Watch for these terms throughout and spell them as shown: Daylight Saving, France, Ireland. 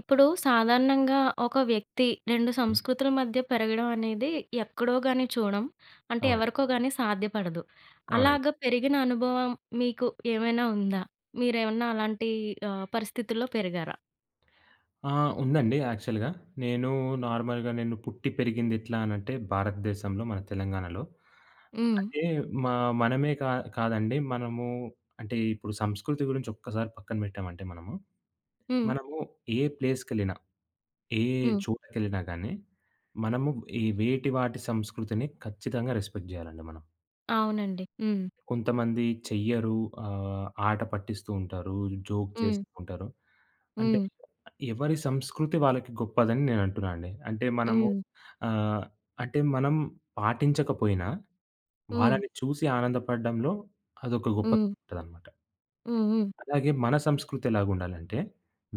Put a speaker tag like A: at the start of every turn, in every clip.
A: ఇప్పుడు సాధారణంగా ఒక వ్యక్తి 2
B: హ్మ్.
A: సంస్కృతుల మధ్య పెరగడం అనేది ఎక్కడో గాని చూడం. అంటే
B: అవునండి.
A: ఎవరికో గాని సాధ్యపడదు.
B: అవునండి.
A: అలాగా పెరిగిన అనుభవం మీకు ఏమైనా ఉందా? మీరేమన్నా అలాంటి పరిస్థితుల్లో పెరిగారా?
B: ఆ! ఉందండి యాక్చువల్‌గా. నేను నార్మల్‌గా నేను పుట్టి పెరిగింది ఎట్లా అనంటే భారతదేశంలో మన తెలంగాణలో.
A: హ్మ్.
B: అంటే మా మనమే కా కాదండి మనము, అంటే ఇప్పుడు సంస్కృతి గురించి ఒక్కసారి పక్కన పెట్టామంటే మనము,
A: హ్మ్.
B: మనము ఏ ప్లేస్‌కెళ్ళినా, ఏ
A: హ్మ్.
B: చోటకెళ్ళినా గాని మనము ఈ వాటి సంస్కృతిని ఖచ్చితంగా రెస్పెక్ట్ జేయాలండి మనం.
A: అవునండి. హ్మ్.
B: కొంతమంది చెయ్యరు. ఆట పట్టిస్తూ ఉంటారు. జోక్
A: హ్మ్.
B: చేస్తూ ఉంటారు. అంటే
A: హ్మ్.
B: ఎవరి సంస్కృతి వాళ్ళకి గొప్పదని నేనంటున్నా అండి.
A: హ్మ్.
B: ఆహ్, అంటే మనం పాటించకపోయినా,
A: హ్మ్.
B: వాళ్ళని చూసి ఆనందపడడంలో అదొక గొప్పతనం
A: హ్మ్.
B: ఉంటదనమాట.
A: హ్మ్. హ్మ్.
B: అలాగే మన సంస్కృతి ఎలాగుండాలంటే,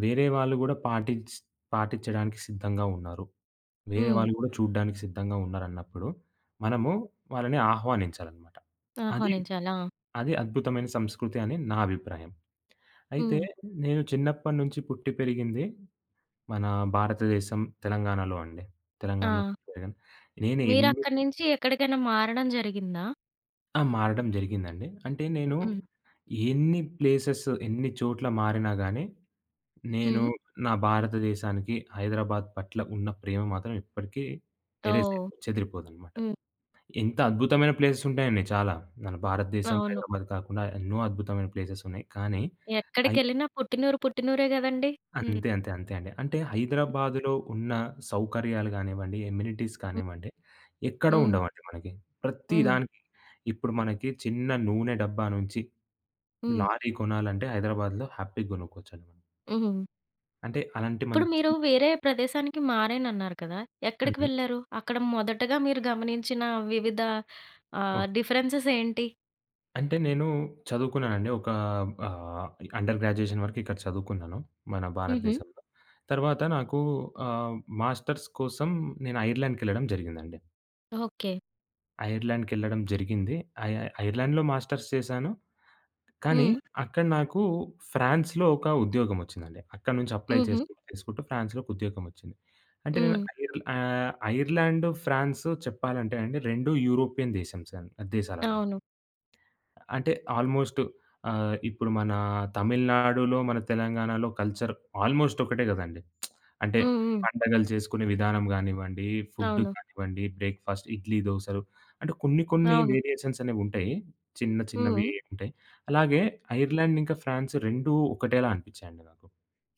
B: వేరే వాళ్ళు గూడా పాటిచ్చడానికి సిద్ధంగా ఉన్నారు. వేరే
A: హ్మ్.
B: వాళ్ళు గూడా చూడ్డానికి సిద్ధంగా ఉన్నారన్నప్పుడు, మనము వాళ్ళని ఆహ్వానించాలనమాట. అది,
A: ఆహ్వానించాలి. ఆ!
B: అది అద్భుతమైన సంస్కృతి అని నా అభిప్రాయం. అయితే
A: హ్మ్.
B: నేను చిన్నప్పటి నుంచి పుట్టి పెరిగింది మన భారతదేశం తెలంగాణలో అండి. తెలంగాణలో
A: ఆ!
B: పెరిగాను. నేను ఎన్ని
A: మీరక్కడి నుంచి ఎక్కడికైనా మారడం జరిగిందా?
B: ఆ! మారడం జరిగిందండి. అంటే నేను
A: హ్మ్.
B: ఎన్ని ప్లేసెస్, ఎన్ని చోట్ల మారినా గాని, నేను
A: హ్మ్.
B: నా భారతదేశానికి, హైదరాబాద్ పట్ల ఉన్న ప్రేమ మాత్రం ఎప్పటికీ ఎరేజ్
A: ఓహ్!
B: అయిపోదు. చెదిరిపోదనమాట.
A: హ్మ్.
B: ఎంత అద్భుతమైన ప్లేసెస్ ఉంటాయండి చాలా. మన భారతదేశం,
A: అవును.
B: హైదరాబాద్ కాకుండా ఎన్నో అద్భుతమైన ప్లేసెస్ ఉన్నాయి. కానీ
A: ఎక్కడికెళ్ళినా పుట్టినూరు, పుట్టినూరే గదండీ. హ్మ్.
B: అంతే. అంతే. అంతే అండి. అంటే హైదరాబాదులో ఉన్న సౌకర్యాలు గానివ్వండి, ఎమ్యూనిటీస్
A: హ్మ్.
B: కానివ్వండి, ఎక్కడ
A: హ్మ్.
B: ఉండవండి మనకి. ప్రతి
A: హ్మ్.
B: దానికి ఇప్పుడు మనకి చిన్న నూనె డబ్బా నుంచి
A: హ్మ్.
B: లారీ కొనాలంటే హైదరాబాద్‌లో హ్యాపీగా కొనుక్కోవచ్చండి మనం.
A: హ్మ్.
B: అంటే అలాంటి
A: ఇప్పుడు
B: మంచి.
A: మీరు వేరే ప్రదేశానికి మారానన్నారు కదా! ఎక్కడికి
B: హ్మ్.
A: వెళ్లారు? అక్కడ మొదటగా మీరు గమనించిన వివిధ
B: ఓకే.
A: డిఫరెన్సెస్ ఏంటి?
B: అంటే నేను చదువుకున్నానండి. ఆహ్, అండర్ గ్రాడ్యుయేషన్ వరకు ఇక్కడ చదువుకున్నాను. మన
A: హుహు.
B: భారతదేశంలో. తర్వాత నాకు ఆహ్, మాస్టర్స్ కోసం నేను ఐర్లాండ్‌కెళ్ళడం జరిగిందండి.
A: ఓకే.
B: ఐర్లాండ్‌కెళ్ళడం జరిగింది. ఐ ఐ ఐర్లాండ్‌లో మాస్టర్స్ చేశాను. కానీ
A: హ్మ్.
B: అక్కడ నాకు ఫ్రాన్స్‌లో ఒక ఉద్యోగమొచ్చిందండి. అక్కడి నుంచి అప్లై
A: హుహు.
B: చేసుకుంటూ, చేసుకుంటూ ఫ్రాన్స్‌లో ఒక ఉద్యోగమొచ్చింది. అంటే నేను
A: హ్మ్.
B: ఐర్లాండ్, ఫ్రాన్స్ చెప్పాలంటే అండి 2 యూరోపియన్ దేశాలనమాట.
A: అవును.
B: అంటే ఆల్మోస్ట్ ఇప్పుడు మన తమిళనాడులో, మన తెలంగాణలో కల్చర్ ఆల్మోస్ట్ ఒకటే గదండీ. అంటే
A: హ్మ్. హ్మ్.
B: పండగలు చేసుకునే విధానం గానివ్వండి, ఫుడ్
A: అవును.
B: కానివ్వండి, బ్రేక్‌ఫాస్ట్ ఇడ్లీ, దోసలు, అంటే కొన్ని కొన్ని
A: అవును.
B: వేరియేషన్స్ అనేవుంటాయి. చిన్న చిన్నవి
A: హ్మ్.
B: ఉంటాయి. అలాగే ఐర్లాండ్ ఇంకా ఫ్రాన్స్ 2 ఒకటేలా అనిపిచ్చాయండి నాకు.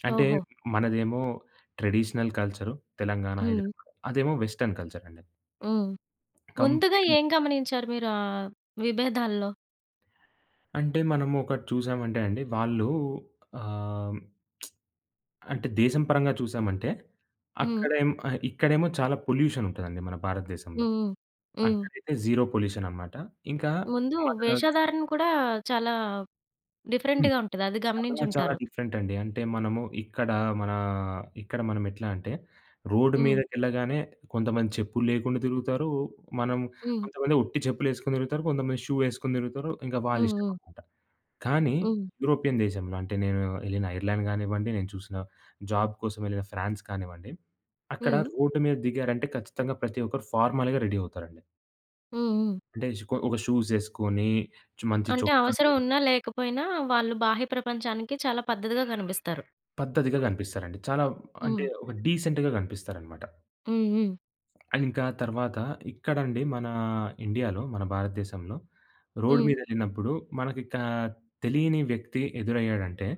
B: అంటే
A: ఓహో!
B: మనదేమో ట్రెడిషనల్ కల్చరు తెలంగాణ,
A: హ్మ్.
B: హైదరాబాద్. అదేమో వెస్టర్న్ కల్చరండి.
A: హ్మ్. ముందుగా
B: కంప్లీట్‌గా.
A: ఏం గమనించారు మీరు ఆ విభేదాల్లో?
B: అంటే మనము ఒకటి చూసామంటే అండి, వాళ్ళు ఆహ్ అంటే దేశం పరంగా చూసామంటే,
A: హ్మ్.
B: ఇక్కడేమో చాలా పొల్యూషన్ ఉంటదండి మన భారతదేశంలో.
A: హ్మ్. హ్మ్.
B: అక్కడైతే జీరో పొల్యూషన్ అనమాట. ఇంకా
A: ముందు
B: మన.
A: వేషధారణ కూడా చాలా
B: హ్మ్.
A: డిఫరెంట్‌గా ఉంటది. అది
B: చాలా చాలా
A: గమనించుంటారు.
B: డిఫరెంట్ అండి. అంటే మనము ఇక్కడ మన ఇక్కడ మనం ఎట్లా అంటే, రోడ్డు
A: హ్మ్.
B: మీదకెళ్ళగానే కొంతమంది చెప్పులు లేకుండా తిరుగుతారు. మనం
A: హ్మ్.
B: కొంతమంది ఉట్టి చెప్పులేసుకొని తిరుగుతారు. కొంతమంది షూ ఏసుకొని తిరుగుతారు. ఇంకా
A: హ్మ్. హ్మ్.
B: వాళ్ళిష్టమనమాట. కానీ
A: హ్మ్.
B: యూరోపియన్ దేశంలో అంటే నేను ఎళ్ళిన ఐర్లాండ్ గానివ్వండి, నేను చూసిన జాబ్ కోసం ఎళ్ళిన ఫ్రాన్స్ కానివ్వండి, అక్కడ
A: హ్మ్.
B: రోడ్డు మీద దిగారంటే ఖచ్చితంగా ప్రతి ఒక్కరు ఫార్మల్‌గా రెడీ అవుతారండి.
A: హ్మ్. హ్మ్.
B: అంటే ఒక షూస్ ఏసుకొని, మంచి
A: అంటే
B: చొక్కా
A: అవసరం ఉన్నా లేకపోయినా వాళ్ళు బాహ్య ప్రపంచానికి చాలా పద్ధతిగా కనిపిస్తారు.
B: పద్ధతిగా కనిపిస్తారండి. చాలా, అంటే
A: హ్మ్.
B: ఒక డీసెంట్‌గా కనిపిస్తారనమాట.
A: హ్మ్. హ్మ్.
B: అండ్ ఇంకా తర్వాత ఇక్కడండి మన ఇండియాలో, మన భారతదేశంలో రోడ్
A: హ్మ్.
B: మీదెళ్ళినప్పుడు మనకి తెలియని వ్యక్తి ఎదురయ్యాడంటే,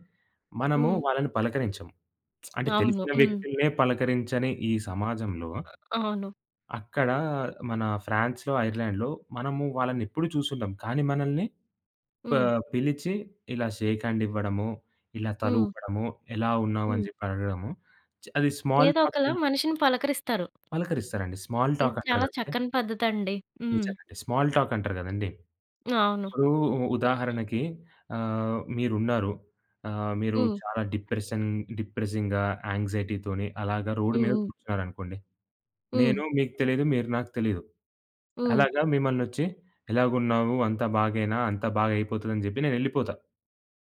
B: మనము
A: హ్మ్.
B: వాళ్ళని పలకరించము. అంటే
A: అవును.
B: తెలిసిన
A: హ్మ్.
B: వ్యక్తులనే పలకరించని ఈ సమాజంలో,
A: అవును.
B: అక్కడ మన ఫ్రాన్స్‌లో, ఐర్లాండ్‌లో మనము వాళ్ళనెప్పుడు చూసుండం. కానీ మనల్ని ప
A: హ్మ్.
B: పిలిచి ఇలా షేక్ హ్యాండ్ ఇవ్వడము, ఇలా
A: హ్మ్.
B: తలూపడము, ఎలా ఉన్నావు అని
A: హ్మ్.
B: జెప్పి అడగడము. అది స్మాల్
A: ఏదో
B: టాక్
A: ఒకలా
B: అని
A: మనిషిని పలకరిస్తారు.
B: పలకరిస్తారండి. స్మాల్
A: ఇది
B: టాక్ అంటారు
A: చాలా
B: గదండీ!
A: చక్కని పద్ధతండి. హ్మ్.
B: నిజంగండి. స్మాల్ టాక్ అంటారు గదండీ!
A: అవును.
B: ఇప్పుడు ఉదాహరణకి మీరున్నారు. మీరు
A: హ్మ్.
B: చాలా డిప్రెసింగ్‌గా, యాంక్సైటీతోని అలాగా రోడ్డు
A: హ్మ్.
B: మీద
A: హ్మ్.
B: కూర్చున్నారనుకోండి.
A: హ్మ్.
B: నేను మీకు తెలీదు. మీరు నాకు తెలీదు.
A: హ్మ్.
B: అలాగా మిమ్మల్నొచ్చి, ఎలాగున్నావు? అంతా బాగేనా? అంతా బాగయిపోతదని జెప్పి నేనెళ్ళిపోతా.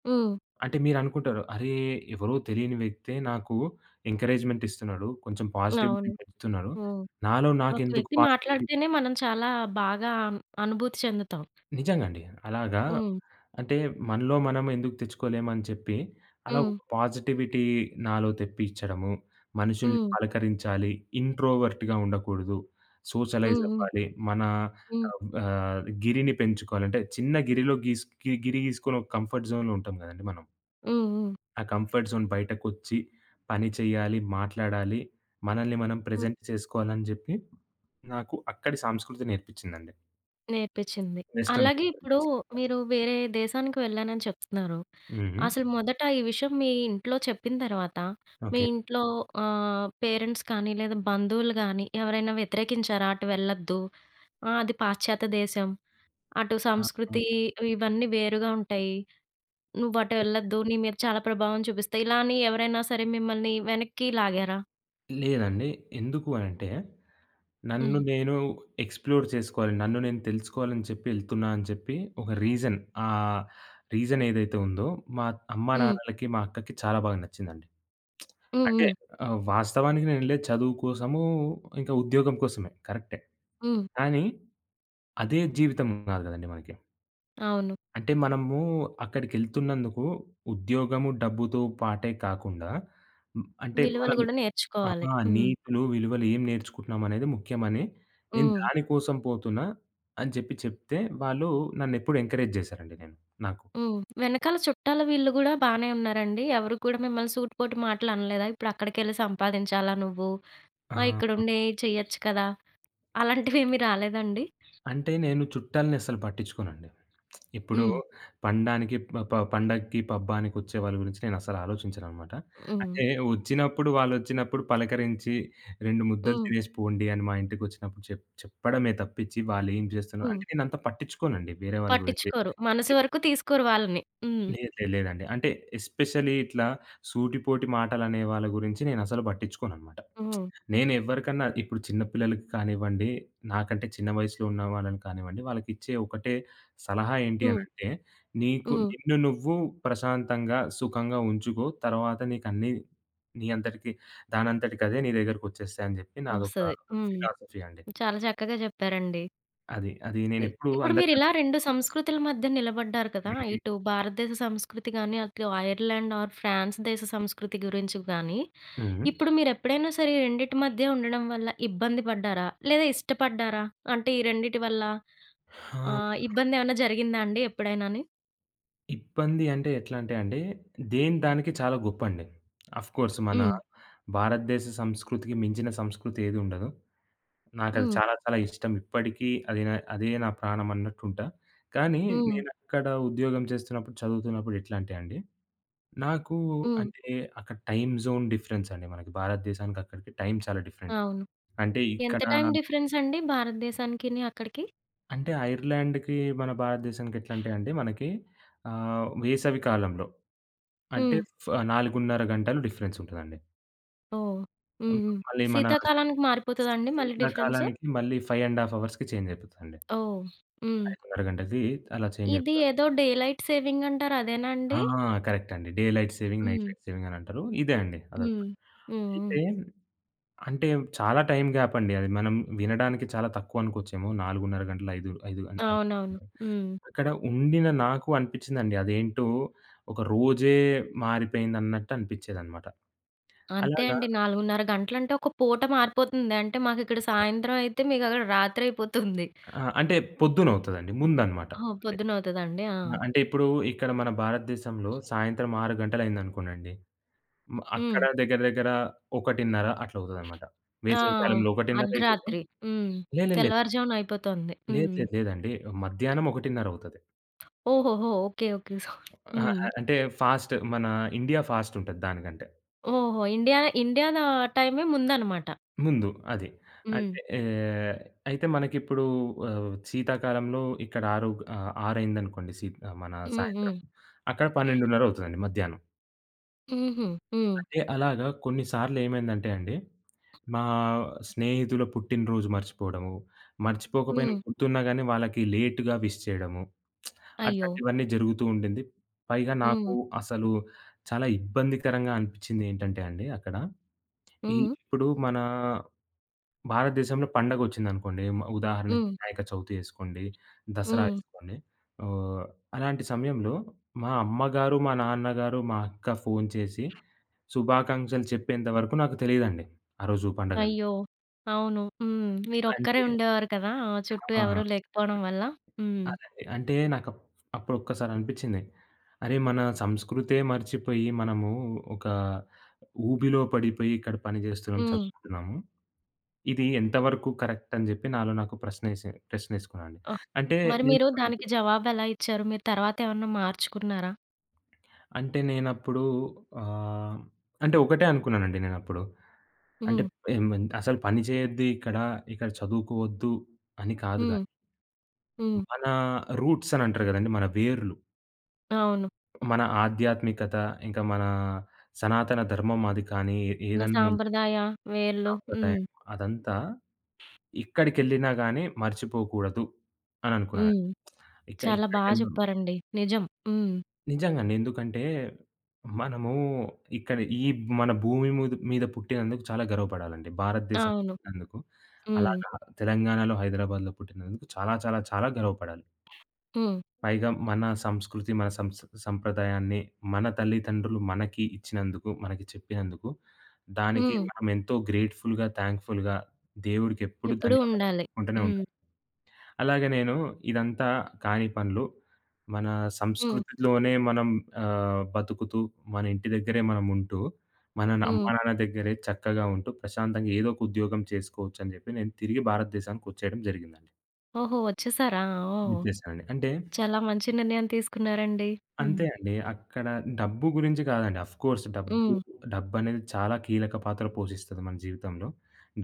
A: హ్మ్.
B: అంటే మీరనుకుంటారు, అరే! ఎవరో తెలియని వ్యక్తే నాకు ఎంకరేజ్‌మెంట్ ఇస్తున్నాడు. కొంచెం పాజిటివిటీ
A: అవును.
B: పెంచుతున్నాడు.
A: హ్మ్.
B: నాలో
A: ఒక
B: నాకెందుకు
A: వ్యక్తి
B: పాజిటివిటీ.
A: మాట్లాడితేనే మనం చాలా బాగా అనుభూతి చెందుతాం.
B: నిజంగా అండి. అలాగా
A: హ్మ్.
B: అంటే మనలో మనం ఎందుకు తెచ్చుకోలేమని చెప్పి, అలా
A: హ్మ్.
B: ఒక పాజిటివిటీ నాలో తెప్పిచ్చడము, మనుషుల్ని
A: హ్మ్.
B: పలకరించాలి, ఇంట్రోవర్ట్‌గా ఉండకూడదు,
A: హ్మ్.
B: సోషలైజ్
A: హ్మ్.
B: అవ్వాలి, మన
A: హ్మ్.
B: ఆహ్, ఆహ్, గిరిని పెంచుకోవాలి. అంటే చిన్న గిరిలో గీస్ గి గిరి గీసుకొని ఒక కంఫర్ట్ జోన్‌లో ఉంటాం గదండీ మనం.
A: హ్మ్. హ్మ్.
B: ఆ కంఫర్ట్ జోన్ బయటకొచ్చి పని చేయాలి, మాట్లాడాలి, మనల్ని మనం
A: హ్మ్.
B: ప్రెజెంట్ చేసుకోవాలని జెప్పి, నాకు అక్కడి సంస్కృతి నేర్పిచ్చిందండి.
A: నేర్పించింది.
B: వెస్టర్న్
A: అలాగే
B: కల్చర్
A: ఇప్పుడు
B: నేర్పిచ్చింది.
A: మీరు వేరే దేశానికి వెళ్ళానని చెప్తున్నారు.
B: హ్మ్. హ్మ్.
A: అసలు మొదట ఈ విషయం మీ ఇంట్లో చెప్పిన తర్వాత, మీ
B: ఓకే.
A: ఇంట్లో పేరెంట్స్ కానీ, లేదా బంధువులు గానీ, ఎవరైనా వ్యతిరేకించారా? అటు వెళ్ళొద్దు. అది పాశ్చాత్య దేశం. అటు
B: ఆహా!
A: సంస్కృతి ఇవన్నీ వేరుగా ఉంటాయి. నువ్వటు వెళ్ళొద్దు. నీ మీద చాలా ప్రభావం చూపిస్తాయి. ఇలా అని ఎవరైనా సరే మిమ్మల్ని వెనక్కి లాగారా?
B: లేదండి. ఎందుకు అనంటే, నన్ను
A: హ్మ్.
B: నేను ఎక్స్‌ప్లోర్ చేసుకోవాలి. నన్ను నేను తెలుసుకోవాలని చెప్పి ఎళ్తున్నా అని చెప్పి ఒక రీజన్ ఆహ్, రీజన్ ఏదైతే ఉందో మా అమ్మా,
A: హ్మ్.
B: నాన్నలకి, మా అక్కకి చాలా బాగా నచ్చిందండి.
A: హ్మ్.
B: అంటే
A: హ్మ్.
B: వాస్తవానికి నేనెళ్ళేది చదువు కోసము, ఇంకా ఉద్యోగం కోసమే కరెక్టే.
A: హ్మ్.
B: కానీ అదే జీవితం కాదు కదండీ మనకి.
A: అవును.
B: అంటే మనము అక్కడికెళ్తున్నందుకు ఉద్యోగము, డబ్బుతో పాటే కాకుండా. హ్మ్. అంటే
A: విలువలు
B: మనం
A: గూడా నేర్చుకోవాలి.
B: ఆహా!
A: హ్మ్.
B: నీతులు, విలువలు ఏం నేర్చుకుంటున్నామనేది ముఖ్యమని, నేను
A: హ్మ్.
B: దాని కోసం పోతున్నా అని చెప్పి చెప్తే, వాళ్ళు నన్నెప్పుడు ఎంకరేజ్ జేశారండి నేను నాకు.
A: హ్మ్. వెనకాల చుట్టాల వీళ్ళు గూడా బానే ఉన్నారండి? ఎవరు కూడా మిమ్మల్ని సూటిపోటి మాటలు అనలేదా? ఇప్పుడక్కడికెళ్ళి సంపాదించాలా నువ్వు?
B: ఆ!
A: ఇక్కడుండి చెయ్యొచ్చు కదా! అలాంటివేమీ రాలేదండి?
B: అంటే నేను చుట్టాలని అస్సలు పట్టించుకోనండి. ఇప్పుడు
A: హ్మ్.
B: పండానికి ప ప పండగకి, పబ్బానికొచ్చే వాళ్ళ గురించి నేనస్సలు ఆలోచించననమాట.
A: హ్మ్.
B: అంటే వాళ్ళొచ్చినప్పుడు పలకరించి, 2 ముద్దలు
A: హ్మ్.
B: తినేసి పోండి అని మా ఇంటికొచ్చినప్పుడు చెప్పడమే తప్పించి, వాళ్ళేం చేస్తున్నారు
A: హ్మ్.
B: అంటే నేనంత పట్టించుకోనండి వేరే వాళ్ళ గురించి.
A: పట్టించుకోరు. మనసు వరకు తీసుకోరు వాళ్ళని. హ్మ్.
B: లేదు. లేదు. లేదండి. అంటే ఎస్పెషల్లీ ఇట్లా సూటిపోటి మాటలనే వాళ్ళ గురించి నేనసలు పట్టించుకోననమాట.
A: హ్మ్.
B: నేనెవ్వరికన్నా ఇప్పుడు చిన్న పిల్లలకి కానివ్వండి, నాకంటే చిన్న వయసులో ఉన్న వాళ్ళని కానివ్వండి, వాళ్ళకిచ్చే ఒకటే సలహా ఏంటి
A: హ్మ్.
B: అనంటే,
A: హ్మ్.
B: నిన్ను నువ్వు ప్రశాంతంగా, సుఖంగా ఉంచుకో. తర్వాత నీకన్నీ నీ అంతటికి దానంతటికదే నీ దగ్గరకొచ్చేస్తాయి" అని చెప్పి నాదొక
A: వస్తది. హ్మ్.
B: ఫిలాసఫీ అండి.
A: చాలా చక్కగా చెప్పారండి.
B: అది. అది
A: ఇ
B: నేనెప్పుడూ
A: ఇప్పుడు మీరిలా
B: అందరికన్నా.
A: 2 సంస్కృతుల మధ్య నిలబడ్డారు కదా!
B: హ్మ్.
A: ఇటు భారతదేశ సంస్కృతి గాని, అటు ఐర్లాండ్ ఆర్ ఫ్రాన్స్ దేశ సంస్కృతి గురించి గాని,
B: హ్మ్.
A: ఇప్పుడు మీరెప్పుడైనా సరే ఈ రెండిటి మధ్య ఉండడం వల్ల ఇబ్బంది పడ్డారా? లేదా ఇష్టపడ్డారా? అంటే ఈ రెండిటి వల్ల
B: ఆ!
A: ఇబ్బందేమన్నా జరిగిందా అండి ఎప్పుడైనాని?
B: ఇబ్బంది అంటే ఎట్లా అంటే అండి, దేని దానికి చాలా గొప్పండి. ఆఫ్‌కోర్స్ మన
A: హ్మ్.
B: భారతదేశ సంస్కృతికి మించిన సంస్కృతి ఏది ఉండదు. నాకది
A: హ్మ్.
B: చాలా చాలా ఇష్టం. ఇప్పటికీ అది నా అదే నా ప్రాణం అన్నట్టుంటా. కానీ
A: హ్మ్.
B: నేనక్కడ ఉద్యోగం చేస్తున్నప్పుడు, చదువుతున్నప్పుడు ఎట్లా అంటే అండి, నాకు,
A: హ్మ్.
B: అంటే అక్కడ టైమ్ జోన్ డిఫరెన్స్ అండి మనకి. భారతదేశానికి అక్కడికి టైమ్ చాలా డిఫరెంట్.
A: అవును.
B: అంటే
A: ఎంత టైం డిఫరెన్స్ అండి భారతదేశానికిని అక్కడికి?
B: అంటే ఐర్లాండ్‌కి, మన భారతదేశానికి ఎట్లా అంటే అండి మనకి వేసవి కాలంలో అంటే
A: హ్మ్.
B: 4:30 గంటలు డిఫరెన్స్ ఉంటదండి.
A: ఓహ్! హ్మ్.
B: హ్మ్.
A: హ్మ్.
B: మళ్ళీ మన
A: శీతాకాలానికి మారిపోతదా అండి మళ్ళీ డిఫరెన్స్?
B: శీతాకాలానికి మళ్ళీ 5 ½ అవర్స్‌కి చేంజ్ అయిపోతదండి.
A: ఓహ్! హ్మ్.
B: 5:30 గంటలకి అలా చేంజ్
A: ఇది
B: అయిపోతది.
A: ఏదో డే లైట్ సేవింగ్ అంటారు అదేనా
B: ఆ!
A: అండి?
B: కరెక్ట్ అండి. Day light saving, night
A: hmm.
B: Light saving అని అంటారు. ఇదే అండి అదంతా.
A: హ్మ్. హ్మ్. హ్మ్.
B: అయితే అంటే చాలా టైమ్ గ్యాప్ అండి అది. మనం వినడానికి చాలా తక్కువ అనుకోవచ్చేమో 4:30 గంటలు, 5, 5 గం ఐదు
A: అవునవును.
B: గంటలు.
A: హ్మ్.
B: అక్కడ ఉండిన నాకు అనిపించిందండి. అదేంటో ఒక రోజే మారిపోయిందన్నట్టు అనిపించేదన్నమాట.
A: అంతే
B: అలాగా
A: అండి. 4:30 గంటలంటే ఒక పూట మారిపోతుంది. అంటే మాకిక్కడ సాయంత్రం అయితే మీకక్కడ రాత్రయిపోతుంది.
B: ఆ! అంటే పొద్దునవుతదండి. ముందనమాట.
A: ఆహా!
B: అదే.
A: పొద్దునవుతదండి. ఆ!
B: అంటే ఇప్పుడు ఇక్కడ మన భారతదేశంలో సాయంత్రం 6 గంటలయిందనుకోండి. అక్కడ
A: హ్మ్.
B: దగ్గర దగ్గర 1:30 అట్లవుతదనమాట.
A: ఆ!
B: వేసవికాలంలో 1:30 అయితది.
A: అర్ధరాత్రి. హ్మ్.
B: లే లే లేదు.
A: తెల్లవారుజామున అయిపోతుంది.
B: లేదు
A: హ్మ్.
B: లేదు లేదండి. మధ్యాహ్నం 1:30 అవుతది.
A: ఓహోహో! ఓకే. ఓకే. సో
B: అహా!
A: హ్మ్.
B: అంటే ఫాస్ట్ మన ఇండియా ఫాస్ట్ ఉంటది దానికంటే.
A: ఓహో! ఇండియా ఇండియా దా టైమే ముందనమాట.
B: ముందు అది.
A: హ్మ్.
B: అంటే ఆహ్, అయితే మనకిప్పుడు శీతాకాలంలో ఇక్కడ 6 అయిందనుకోండి మన
A: హ్మ్.
B: సాయంత్రం.
A: హ్మ్.
B: అక్కడ 12:30 అవుతదండి మధ్యాహ్నం.
A: హుహు. హ్మ్.
B: అంటే అలాగా కొన్నిసార్లు ఏమైందంటే అండి, మా స్నేహితుల పుట్టినరోజు మర్చిపోవడము, మర్చిపోకపోయినా
A: హ్మ్.
B: గుర్తున్నా గానీ వాళ్ళకి లేట్‌గా విష్ చేయడము,
A: అయ్యో!
B: అట్లాంటివన్నీ జరుగుతూ ఉండింది. పైగా నాకు
A: హ్మ్.
B: అసలు చాలా ఇబ్బందికరంగా అనిపించిందేంటంటే అండి అక్కడ, ఈ
A: హ్మ్.
B: ఇప్పుడు మన భారతదేశంలో పండగొచ్చిందనుకోండి, ఉదాహరణకి
A: హ్మ్.
B: వినాయక చవితి ఏసుకోండి, దసరా
A: హ్మ్.
B: ఏసుకోండి. ఆహ్, అలాంటి సమయంలో మా అమ్మగారు, మా నాన్నగారు, మా అక్క ఫోను చేసి శుభాకాంక్షలు చెప్పేంత వరకు నాకు తెలీదండి, ఆ రోజు పండగని.
A: అయ్యో! అవును. హ్మ్. మీరొక్కరే
B: అంటే
A: ఉండేవారు కదా! చుట్టూ
B: ఆ!
A: ఎవరు లేకపోవడం వల్ల. హ్మ్.
B: అదండి. అంటే అప్పుడొక్కసారి అనిపిచ్చింది. అరే! మన సంస్కృతే మర్చిపోయి మనము ఒక ఊబిలో పడిపోయి ఇక్కడ పని జేస్తున్నాం,
A: హ్మ్.
B: చదువుతున్నాము. ఇది ఎంతవరకు కరెక్ట్ అని జెప్పి నాలో నాకు ప్రశ్నేసుకున్నానండి.
A: ఓహ్!
B: అంటే
A: మరి
B: నేను
A: మీరు దానికి జవాబెలా ఇచ్చారు? మీరు తర్వాతేమన్నా మార్చుకున్నారా?
B: అంటే నేనప్పుడు ఆహ్, అంటే ఒకటే అనుకున్నానండి నేనప్పుడు. అంటే
A: హ్మ్.
B: ఎం అసలు పని చేయొద్దు ఇక్కడ, ఇక్కడ చదువుకోవద్దు అని కాదు
A: హ్మ్.
B: గానీ,
A: హ్మ్.
B: మన రూట్స్ అని అంటారు గదండీ! మన వేర్లు,
A: అవును.
B: మన ఆధ్యాత్మికత, ఇంకా మన సనాతన ధర్మం, అది కానీ
A: మన
B: ఏదన్నా ఉంటే,
A: సాంప్రదాయ వేర్లు. హ్మ్.
B: సాంప్రదాయం అదంతా ఇక్కడికెళ్ళినా గానీ మర్చిపోకూడదు అని అనుకున్నానండి.
A: హ్మ్.
B: ఇక
A: చాలా బా
B: ఇక్కడికెళ్ళిన,
A: చెప్పారండి. నిజం. హ్మ్.
B: నిజంగానే. ఎందుకంటే, మనము ఇక్కడ ఈ మన భూమి మీద పుట్టినందుకు చాలా గర్వపడాలండి. భారతదేశం
A: అవును.
B: పుట్టినందుకు.
A: హ్మ్.
B: అలాగా తెలంగాణలో, హైదరాబాద్‌లో పుట్టినందుకు చాలా చాలా చాలా గర్వపడాలి.
A: హ్మ్.
B: పైగా మన సంస్కృతి, మన సంప్రదాయాన్ని మన తల్లిదండ్రులు మనకి ఇచ్చినందుకు, మనకి చెప్పినందుకు, దానికి
A: హ్మ్.
B: మనం ఎంతో గ్రేట్‌ఫుల్‌గా, థాంక్‌ఫుల్‌గా దేవుడికెప్పుడు
A: ఎప్పుడూ
B: ధన్యవాదాలు
A: ఉండాలి.
B: చెప్పుకుంటూనే
A: హ్మ్.
B: ఉండాలి. అలాగే నేను ఇదంతా కాని పనులు. మన
A: హ్మ్.
B: సంస్కృతిలోనే మనం బతుకుతూ, మన ఇంటి దగ్గరే మనముంటూ, మన
A: హ్మ్.
B: అమ్మా, నాన్న దగ్గరే చక్కగా ఉంటూ, ప్రశాంతంగా ఏదో ఒక ఉద్యోగం చేసుకోవచ్చని జెప్పి నేను తిరిగి భారతదేశానికొచ్చేయడం జరిగిందండి.
A: ఓహో! వచ్చేసారా? ఓహ్!
B: ఇచ్చేసానండి. అంటే
A: చాలా మంచి నిర్ణయం తీసుకున్నారండి. హ్మ్.
B: అంతే అండి. అక్కడ డబ్బు గురించి కాదండి. ఆఫ్‌కోర్స్
A: హ్మ్.
B: డబ్బనేది చాలా కీలక పాత్ర పోషిస్తది మన జీవితంలో.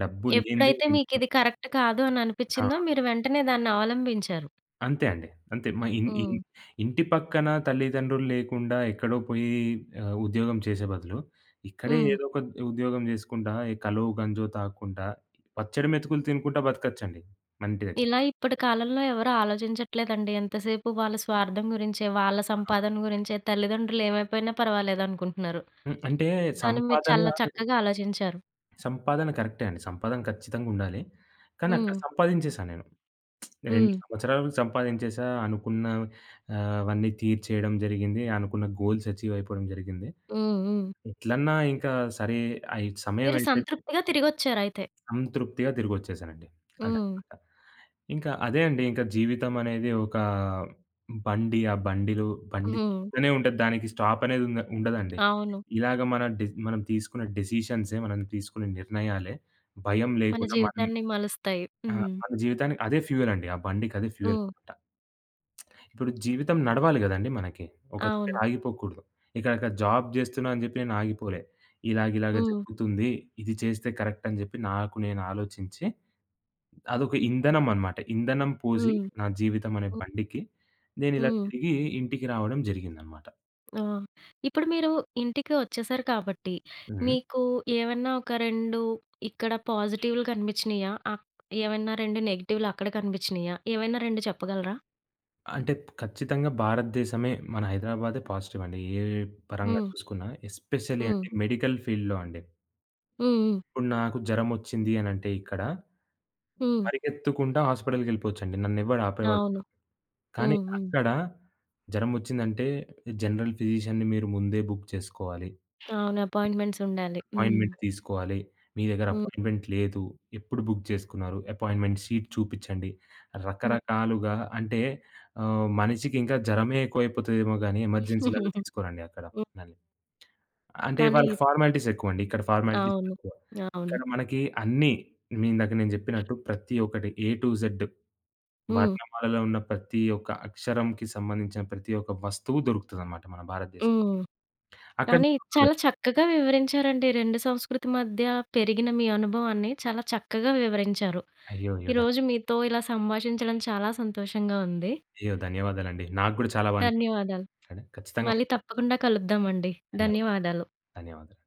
B: డబ్బు లేనిదే
A: ఎప్పుడైతే
B: ఏం లేదు.
A: మీకిది కరెక్ట్ కాదు అని
B: ఆ!
A: అనిపిచ్చిందో మీరు వెంటనే దాన్ని అవలంబించారు.
B: అంతే అండి. అంతే. మ ఇన్ ఇన్
A: హ్మ్.
B: ఇంటి పక్కన తల్లిదండ్రులు లేకుండా ఎక్కడో పోయి ఉద్యోగం చేసే బదులు, ఇక్కడే
A: హ్మ్.
B: ఏదో ఒక ఉద్యోగం చేసుకుంటా, ఈ కలో, గంజో తాగకుండా, పచ్చడి మెతుకులు తినుకుంటా బతకచ్చండి మన ఇంటి దగ్గర.
A: ఇలా ఇప్పటి కాలంలో ఎవరు ఆలోచించట్లేదండి. ఎంతసేపు వాళ్ళ స్వార్థం గురించే, వాళ్ళ సంపాదన గురించే, తల్లిదండ్రులు ఏమైపోయినా పర్వాలేదనుకుంటున్నారు.
B: హ్మ్. అంటే
A: కానీ మీరు
B: సంపాదన,
A: చాలా చక్కగా ఆలోచించారు.
B: కరెక్టే అండి. సంపాదన ఖచ్చితంగా ఉండాలి. కానీ అక్కడ
A: హ్మ్.
B: సంపాదించేశా నేను. 2
A: హ్మ్.
B: సంవత్సరాలకు సంపాదించేశా. అనుకున్న అవన్నీ తీర్చేయడం జరిగింది. అనుకున్న గోల్స్ అచీవ్ అయిపోవడం జరిగింది.
A: హ్మ్. హ్మ్.
B: ఎట్లన్నా ఇంకా సరే అయి
A: మీరు
B: సమయమైతే,
A: సంతృప్తిగా తిరిగొచ్చారయితే.
B: సంతృప్తిగా తిరిగొచ్చేసానండి.
A: హ్మ్.
B: అదనమాట. ఇంకా అదే అండి. ఇంకా జీవితం అనేది ఒక బండి. ఆ బండిలో బండి
A: హ్మ్.
B: తిరుగుతూనే ఉంటది. దానికి స్టాప్ అనేది ఉండదండి.
A: అవును.
B: ఇలాగ మన డె మనం తీసుకున్న డెసిషన్సే, మనం తీసుకునే నిర్ణయాలే భయం
A: మన
B: లేకుండా
A: జీవితాన్ని మలుస్తాయి. హ్మ్.
B: మన జీవితానికి అదే ఫ్యూయల్ అండి. ఆ బండికి అదే ఫ్యూయల్
A: హ్మ్.
B: అనమాట. ఇప్పుడు జీవితం నడవాలి గదండీ మనకి. ఒక దగ్గర
A: అవును.
B: ఆగిపోకూడదు. ఇక్కడ అక్కడ జాబ్ జేస్తున్నా అని జెప్పి నేను ఆగిపోలే. ఇలాగిలాగ
A: హ్మ్.
B: జరుగుతుంది. ఇది చేస్తే కరెక్ట్ అని జెప్పి నాకు నేను ఆలోచించి అదొక ఇంధనం అనమాట. ఇంధనం పోసి
A: హ్మ్.
B: నా జీవితం అనే
A: హ్మ్.
B: బండికి నేనిలా
A: హ్మ్.
B: తిరిగి ఇంటికి రావడం జరిగిందనమాట.
A: ఆ! ఇప్పుడు మీరు ఇంటికి వచ్చేసారు కాబట్టి,
B: హ్మ్.
A: మీకు ఏవన్నా ఒక 2 ఇక్కడ పాజిటివ్‌లు కనిపించినియా? ఏవన్నా 2 నెగెటివ్‌లు అక్కడ కనిపించినియా? ఏవైనా 2 చెప్పగలరా?
B: అంటే ఖచ్చితంగా భారతదేశమే, మన హైదరాబాదే పాజిటివ్ అండి. ఏ పరంగా
A: హ్మ్.
B: చూసుకున్నా, ఎస్పెషల్లీ
A: హ్మ్.
B: అంటే మెడికల్ ఫీల్డ్‌లో అండి.
A: హ్మ్. హ్మ్.
B: ఇప్పుడు నాకు జరమొచ్చింది అనంటే ఇక్కడ
A: హ్మ్.
B: పరిగెత్తుకుంటా హాస్పిటల్‌కెళ్ళిపోవచ్చండి. నన్నెవ్వడు ఆపేవాడు.
A: అవును.
B: కానీ
A: హ్మ్. హ్మ్.
B: అక్కడ జరమొచ్చిందంటే జనరల్ ఫిజిషియన్‌ని మీరు ముందే బుక్ చేసుకోవాలి.
A: అవును. అపాయింట్‌మెంట్స్ ఉండాలి. హ్మ్.
B: అపాయింట్‌మెంట్ తీసుకోవాలి. మీ దగ్గర
A: హ్మ్.
B: అపాయింట్‌మెంట్ లేదు. ఎప్పుడు బుక్ చేసుకున్నారు? అపాయింట్‌మెంట్ షీట్ చూపిచ్చండి.
A: హ్మ్.
B: రకరకాలుగా, అంటే మనిషికి ఇంకా జ్వరమే ఎక్కువైపోతదేమో గానీ ఎమర్జెన్సీలాగా
A: హ్మ్.
B: తీసుకోరండి అక్కడ మనల్ని. అంటే
A: కానీ
B: వాళ్ళకి ఫార్మాలిటీస్ ఎక్కువండి. ఇక్కడ ఫార్మాలిటీస్
A: అవును.
B: తక్కువ.
A: అవును.
B: ఇక్కడ మనకి అన్నీ, మీ ఇందాక నేను జెప్పినట్టు ప్రతి ఒక్కటి, ఏ టు జెడ్
A: హ్మ్.
B: వర్ణమాలలో ఉన్న ప్రతి ఒక్క అక్షరంకి సంబంధించిన ప్రతి ఒక్క వస్తువు దొరుకుతదనమాట మన భారతదేశం.
A: హ్మ్.
B: అక్కడ
A: కానీ చాలా చక్కగా వివరించారండి. 2 సంస్కృతి మధ్య పెరిగిన మీ అనుభవాన్ని చాలా చక్కగా వివరించారు.
B: అయ్యో! అయ్యో!
A: ఈరోజు మీతో ఇలా సంభాషించడం చాలా సంతోషంగా ఉంది.
B: అయ్యో! ధన్యవాదాలండి. నాకు గూడా చాలా
A: ధన్యవాదాలు.
B: అంటే ఖచ్చితంగా
A: మళ్ళీ తప్పకుండా కలుద్దామండి.
B: ధన్యవాదాలు.
A: ధన్యవాదాలు.
B: ధన్యవాదాలు.